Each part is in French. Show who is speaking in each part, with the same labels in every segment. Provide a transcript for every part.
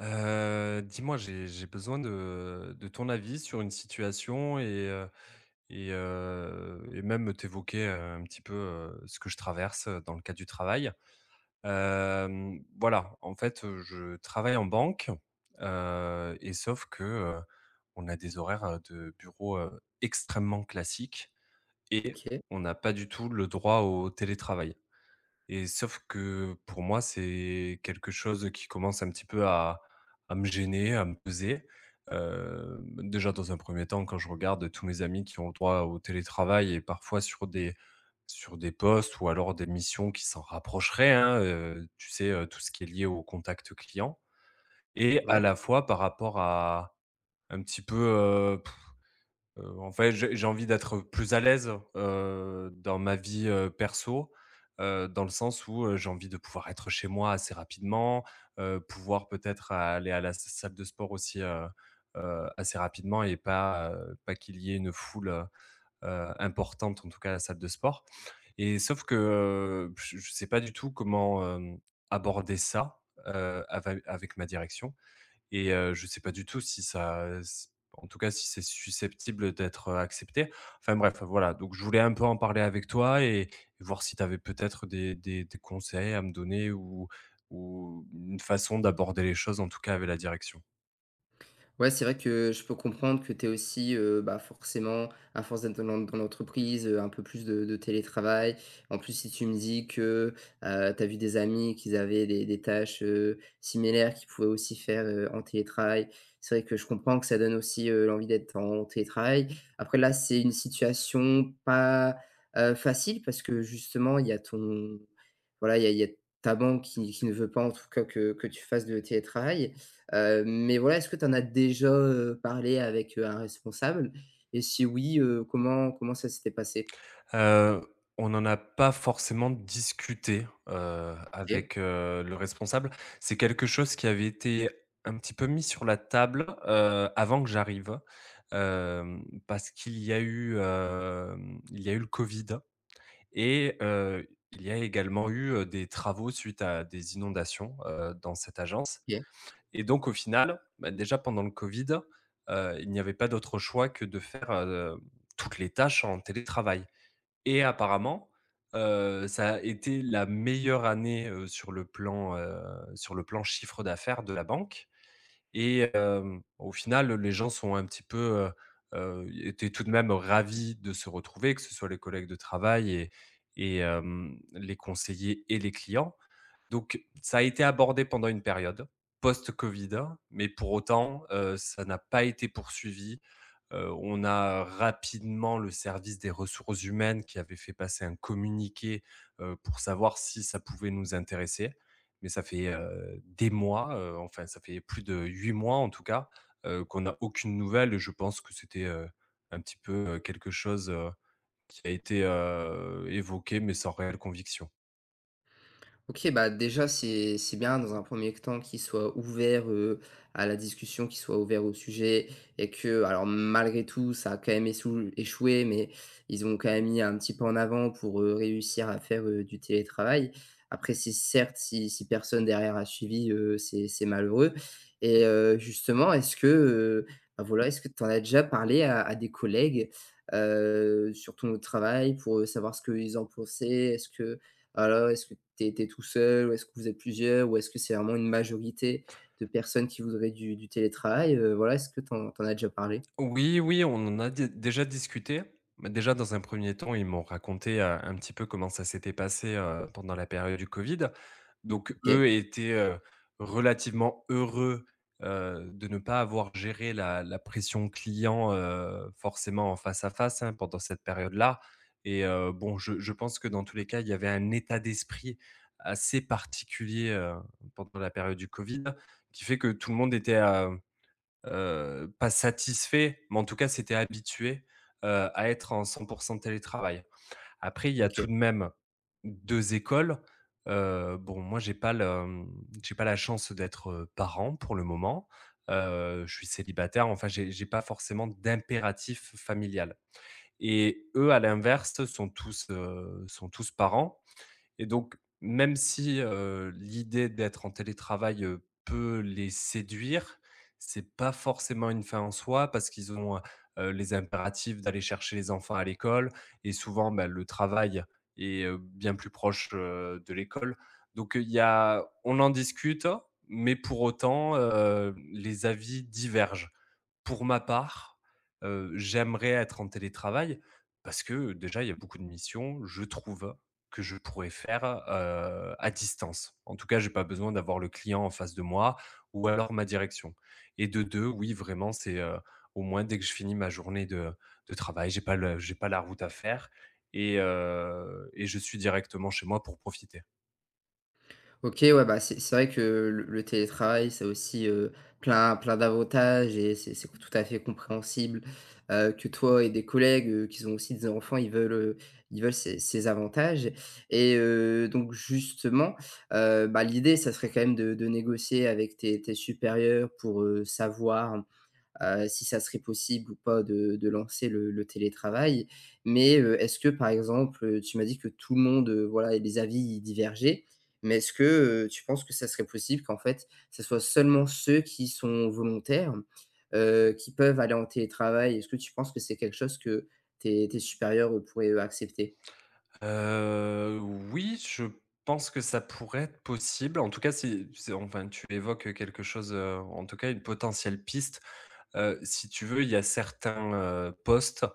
Speaker 1: Dis-moi, j'ai besoin de ton avis sur une situation et même t'évoquer, un petit peu, ce que je traverse, dans le cadre du travail. Voilà, en fait, je travaille en banque, et sauf que, on a des horaires, de bureau, extrêmement classiques et
Speaker 2: OK,
Speaker 1: on n'a pas du tout le droit au télétravail. Et sauf que pour moi, c'est quelque chose qui commence un petit peu à me gêner, à me peser. Déjà dans un premier temps, quand je regarde tous mes amis qui ont le droit au télétravail et parfois sur des postes ou alors des missions qui s'en rapprocheraient, hein, tu sais, tout ce qui est lié au contact client et à
Speaker 2: ouais.
Speaker 1: la fois par rapport à un petit peu, euh, en fait, j'ai envie d'être plus à l'aise, dans ma vie, perso, dans le sens où, j'ai envie de pouvoir être chez moi assez rapidement, pouvoir peut-être aller à la s salle de sport aussi, assez rapidement et pas, pas qu'il y ait une foule, importante, en tout cas à la salle de sport. Et sauf que, je ne sais pas du tout comment, aborder ça, avec ma direction et je sais pas du tout si ça s en tout cas, si c'est susceptible d'être, accepté. Enfin bref, voilà, donc je voulais un peu en parler avec toi et voir si tu avais peut-être des conseils à me donner ou une façon d'aborder les choses, en tout cas, avec la direction.
Speaker 2: Ouais, c'est vrai que je peux comprendre que tu aies aussi, bah, forcément, à force d'être dans l'en dans l'entreprise, un peu plus de télétravail. En plus, si tu me dis que, tu as vu des amis qui avaient des tâches, similaires qu'ils pouvaient aussi faire, en télétravail, c'est vrai que je comprends que ça donne aussi, l'envie d'être en télétravail. Après là, c'est une situation pas, facile parce que justement, il y a ton voilà, il y a ta banque qui ne veut pas en tout cas que tu fasses de télétravail. Mais voilà, est-ce que tu en as déjà, parlé avec, un responsable? Et si oui, comment ça s'était passé?
Speaker 1: Heu, on n'en a pas forcément discuté,
Speaker 2: OK.
Speaker 1: avec, le responsable. C'est quelque chose qui avait été un petit peu mis sur la table, avant que j'arrive, parce qu'il y a eu, hem, il y a eu le Covid et il y a également eu, des travaux suite à des inondations, dans cette agence.
Speaker 2: OK.
Speaker 1: Et donc au final, bah, déjà pendant le Covid, il n'y avait pas d'autre choix que de faire, toutes les tâches en télétravail. Et apparemment, ça a été la meilleure année, sur le plan chiffre d'affaires de la banque. Et au final, les gens sont un petit peu, étaient tout de même ravis de se retrouver, que ce soit les collègues de travail et les conseillers et les clients. Donc ça a été abordé pendant une période post-Covid, hein, mais pour autant, ça n'a pas été poursuivi. On a rapidement le service des ressources humaines qui avait fait passer un communiqué, pour savoir si ça pouvait nous intéresser. Mais ça fait, des mois, enfin ça fait plus de 8 mois en tout cas, qu'on n'a aucune nouvelle. Et je pense que c'était, un petit peu, quelque chose, qui a été, évoqué mais sans réelle conviction.
Speaker 2: OK, bah, déjà, c'est bien dans un premier temps qu'il soit ouvert, à la discussion, qu'il soit ouvert au sujet et que alors malgré tout, ça a quand même essou échoué, mais ils ont quand même mis un petit pas en avant pour, réussir à faire, du télétravail. Après c'est certes, si personne derrière a suivi, c'est malheureux et justement, est-ce que, bah, voilà, est-ce que tu en as déjà parlé à des collègues, sur ton travail pour, savoir ce qu'ils en pensaient? Est-ce que alors, est-ce que tu étais tout seul ou est-ce que vous êtes plusieurs ou est-ce que c'est vraiment une majorité de personnes qui voudraient du télétravail? Voilà, est-ce que tu en as déjà parlé?
Speaker 1: Oui, oui, on en a dé déjà discuté. Bah, déjà, dans un premier temps, ils m'ont raconté, un petit peu comment ça s'était passé, pendant la période du Covid. Donc eux
Speaker 2: OK,
Speaker 1: étaient, relativement heureux, de ne pas avoir géré la pression client, forcément en face à face, hein, pendant cette période-là. Et bon, je pense que dans tous les cas, il y avait un état d'esprit assez particulier, pendant la période du Covid qui fait que tout le monde était, pas satisfait, mais en tout cas, c'était habitué, à être en 100% télétravail. Après, il y a tout
Speaker 2: OK.
Speaker 1: de même 2 écoles. Bon, moi, j'ai pas la chance d'être, parent pour le moment. Je suis célibataire, enfin, j'ai pas forcément d'impératif familial. Et eux, à l'inverse, sont tous parents. Et donc, même si, l'idée d'être en télétravail, peut les séduire, c'est pas forcément une fin en soi parce qu'ils ont, les impératifs d'aller chercher les enfants à l'école. Et souvent, bah, le travail est, bien plus proche, de l'école. Donc, il y a on en discute, mais pour autant, les avis divergent. Pour ma part, j'aimerais être en télétravail parce que, déjà, il y a beaucoup de missions, je trouve, que je pourrais faire, à distance. En tout cas, j'ai pas besoin d'avoir le client en face de moi ou alors ma direction. Et de 2, oui, vraiment, c'est, au moins dès que je finis ma journée de travail, j'ai pas la route à faire. Et je suis directement chez moi pour profiter.
Speaker 2: OK, ouais, bah, c'est vrai que le télétravail, ça a aussi, plein d'avantages et c'est tout à fait compréhensible, que toi et des collègues, qu'ils ont aussi des enfants, ils veulent ces avantages et donc justement, bah, l'idée, ça serait quand même de négocier avec tes supérieurs pour, savoir si ça serait possible ou pas de, de lancer le télétravail. Mais est-ce que, par exemple, tu m'as dit que tout le monde, voilà, et les avis y divergeaient, mais est-ce que tu penses que ça serait possible qu'en fait, ce soit seulement ceux qui sont volontaires qui peuvent aller en télétravail? Est-ce que tu penses que c'est quelque chose que tes, tes supérieurs pourraient accepter?
Speaker 1: Heu, oui, je pense que ça pourrait être possible. En tout cas, si c'est enfin, tu évoques quelque chose, en tout cas, une potentielle piste. Si tu veux, il y a certains, postes,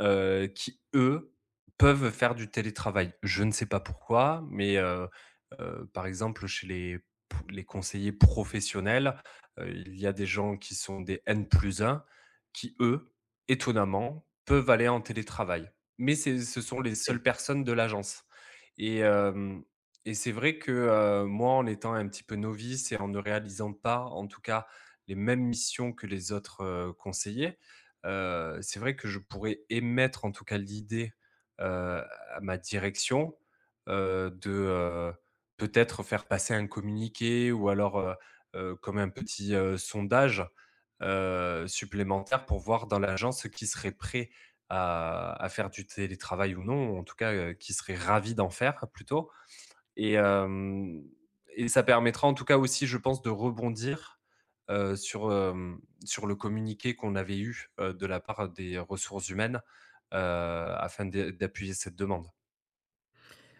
Speaker 1: qui eux, peuvent faire du télétravail. Je ne sais pas pourquoi, mais par exemple, chez les pou les conseillers professionnels, il y a des gens qui sont des N+1 qui eux, étonnamment, peuvent aller en télétravail. Mais c'est ce sont les seules personnes de l'agence. Et hem et c'est vrai que, moi, en étant un petit peu novice et en ne réalisant pas, en tout cas, les mêmes missions que les autres, conseillers. C'est vrai que je pourrais émettre en tout cas l'idée, à ma direction, de, peut-être faire passer un communiqué ou alors, comme un petit, sondage, supplémentaire pour voir dans l'agence ceux qui serait prêt à faire du télétravail ou non, ou en tout cas, qui serait ravi d'en faire plutôt. Et hem et ça permettra en tout cas aussi, je pense, de rebondir, sur le communiqué qu'on avait eu, de la part des ressources humaines, afin d'appuyer cette demande.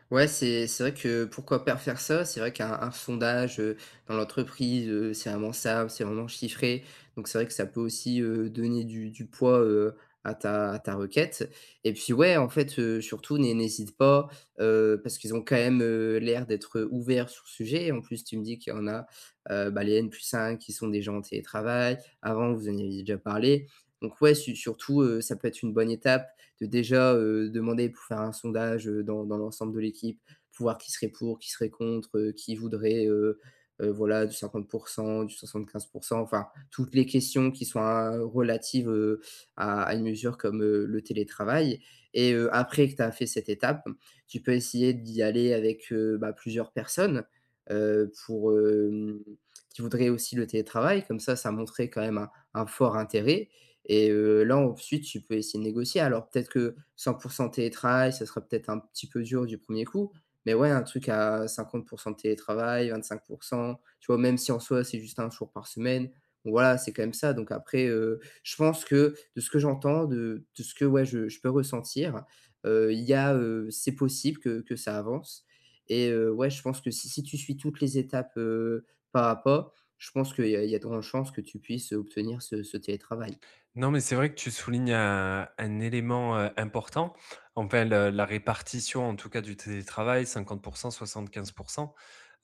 Speaker 2: Ouais, c'est vrai que pourquoi pas faire ça? C'est vrai qu'un sondage, dans l'entreprise, c'est vraiment ça, c'est vraiment chiffré. Donc c'est vrai que ça peut aussi, donner du poids, à ta requête et puis ouais, en fait, surtout n'hésite pas, parce qu'ils ont quand même, l'air d'être, ouverts sur le sujet. En plus, tu me dis qu'il y en a, bah, les N+1 qui sont des gens en télétravail. Avant, vous en aviez déjà parlé. Donc ouais, su surtout, ça peut être une bonne étape de déjà demander pour faire un sondage dans, dans l'ensemble de l'équipe, pour voir qui serait pour, qui serait contre, qui voudrait voilà, du 50%, du 75%, enfin, toutes les questions qui sont relatives à une mesure comme le télétravail. Et après que tu as fait cette étape, tu peux essayer d'y aller avec bah, plusieurs personnes pour, qui voudraient aussi le télétravail. Comme ça montrait quand même un fort intérêt. Et là, ensuite, tu peux essayer de négocier. Alors peut-être que 100% télétravail, ça sera peut-être un petit peu dur du premier coup, mais ouais, un truc à 50% de télétravail, 25% tu vois? Même si en soi, c'est juste un jour par semaine, bon voilà, c'est quand même ça. Donc après, je pense que de ce que j'entends, de ce que, ouais, je peux ressentir, il y a, c'est possible que ça avance et ouais, je pense que si tu suis toutes les étapes, pas à pas, je pense qu'il y a il y a de grandes chances que tu puisses obtenir ce télétravail.
Speaker 1: Non, mais c'est vrai que tu soulignes un élément, important. Enfin le la répartition en tout cas du télétravail, 50, 75.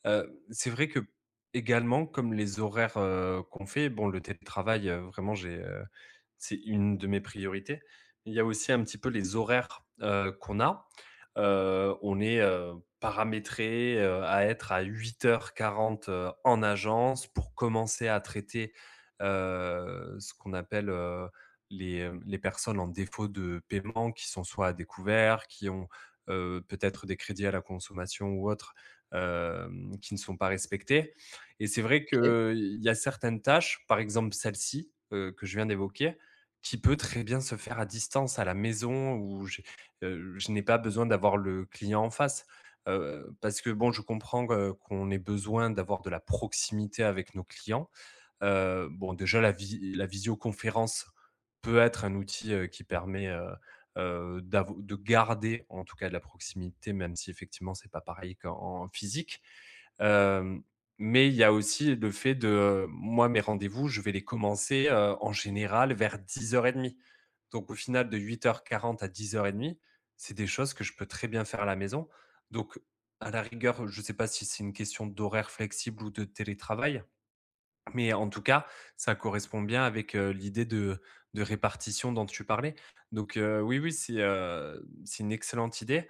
Speaker 1: C'est vrai que également comme les horaires, qu'on fait, bon le télétravail, c'est une de mes priorités. Il y a aussi un petit peu les horaires, qu'on a. On est, paramétré, à être à 8h40, en agence pour commencer à traiter, ce qu'on appelle, les, les personnes en défaut de paiement qui sont soit à découvert, qui ont, peut-être des crédits à la consommation ou autres, qui ne sont pas respectés. Et c'est vrai
Speaker 2: OK.
Speaker 1: qu'il y a certaines tâches, par exemple celle-ci, que je viens d'évoquer, qui peut très bien se faire à distance, à la maison où je n'ai pas besoin d'avoir le client en face. Parce que bon, je comprends, qu'on ait besoin d'avoir de la proximité avec nos clients. Bon, déjà la visioconférence peut être un outil, qui permet, d'avo de garder en tout cas de la proximité, même si effectivement c'est pas pareil qu'en en physique. Hem, mais il y a aussi le fait de, moi mes rendez-vous, je vais les commencer, en général vers 10h30. Donc au final de 8h40 à 10h30, c'est des choses que je peux très bien faire à la maison. Donc à la rigueur, je ne sais pas si c'est une question d'horaire flexible ou de télétravail. Mais en tout cas, ça correspond bien avec, l'idée de répartition dont tu parlais. Donc, oui, oui, c'est une excellente idée.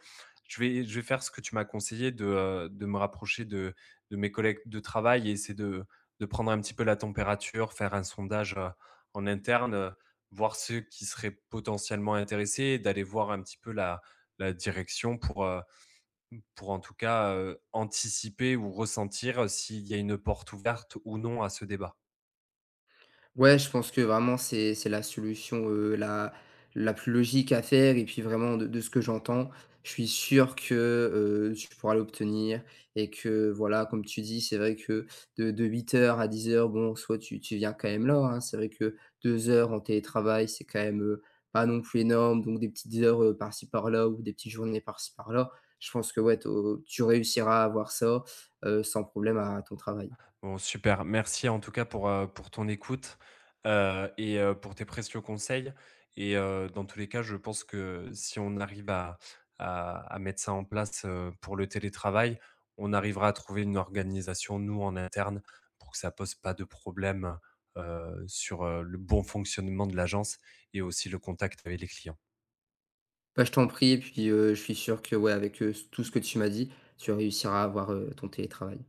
Speaker 1: Je vais faire ce que tu m'as conseillé de me rapprocher de mes collègues de travail et essayer de prendre un petit peu la température, faire un sondage, en interne, voir ceux qui seraient potentiellement intéressés et d'aller voir un petit peu la direction pour en tout cas, anticiper ou ressentir s'il y a une porte ouverte ou non à ce débat.
Speaker 2: Ouais, je pense que vraiment c'est la solution, la la plus logique à faire et puis vraiment de ce que j'entends, je suis sûr que, tu pourras l'obtenir et que voilà, comme tu dis, c'est vrai que de 8 heures à 10 heures bon, soit tu viens quand même là, hein. C'est vrai que 2 heures en télétravail, c'est quand même, pas non plus énorme, donc des petites heures, par-ci par-là ou des petites journées par-ci par-là. Je pense que ouais, tu réussiras à avoir ça, sans problème à ton travail.
Speaker 1: Bon, super. Merci en tout cas pour ton écoute, et pour tes précieux conseils. Et dans tous les cas, je pense que si on arrive à mettre ça en place, pour le télétravail, on arrivera à trouver une organisation, nous, en interne, pour que ça pose pas de problème, sur, le bon fonctionnement de l'agence et aussi le contact avec les clients.
Speaker 2: Bah, je t'en prie et puis, je suis sûr que, ouais, avec, tout ce que tu m'as dit, tu réussiras à avoir, ton télétravail.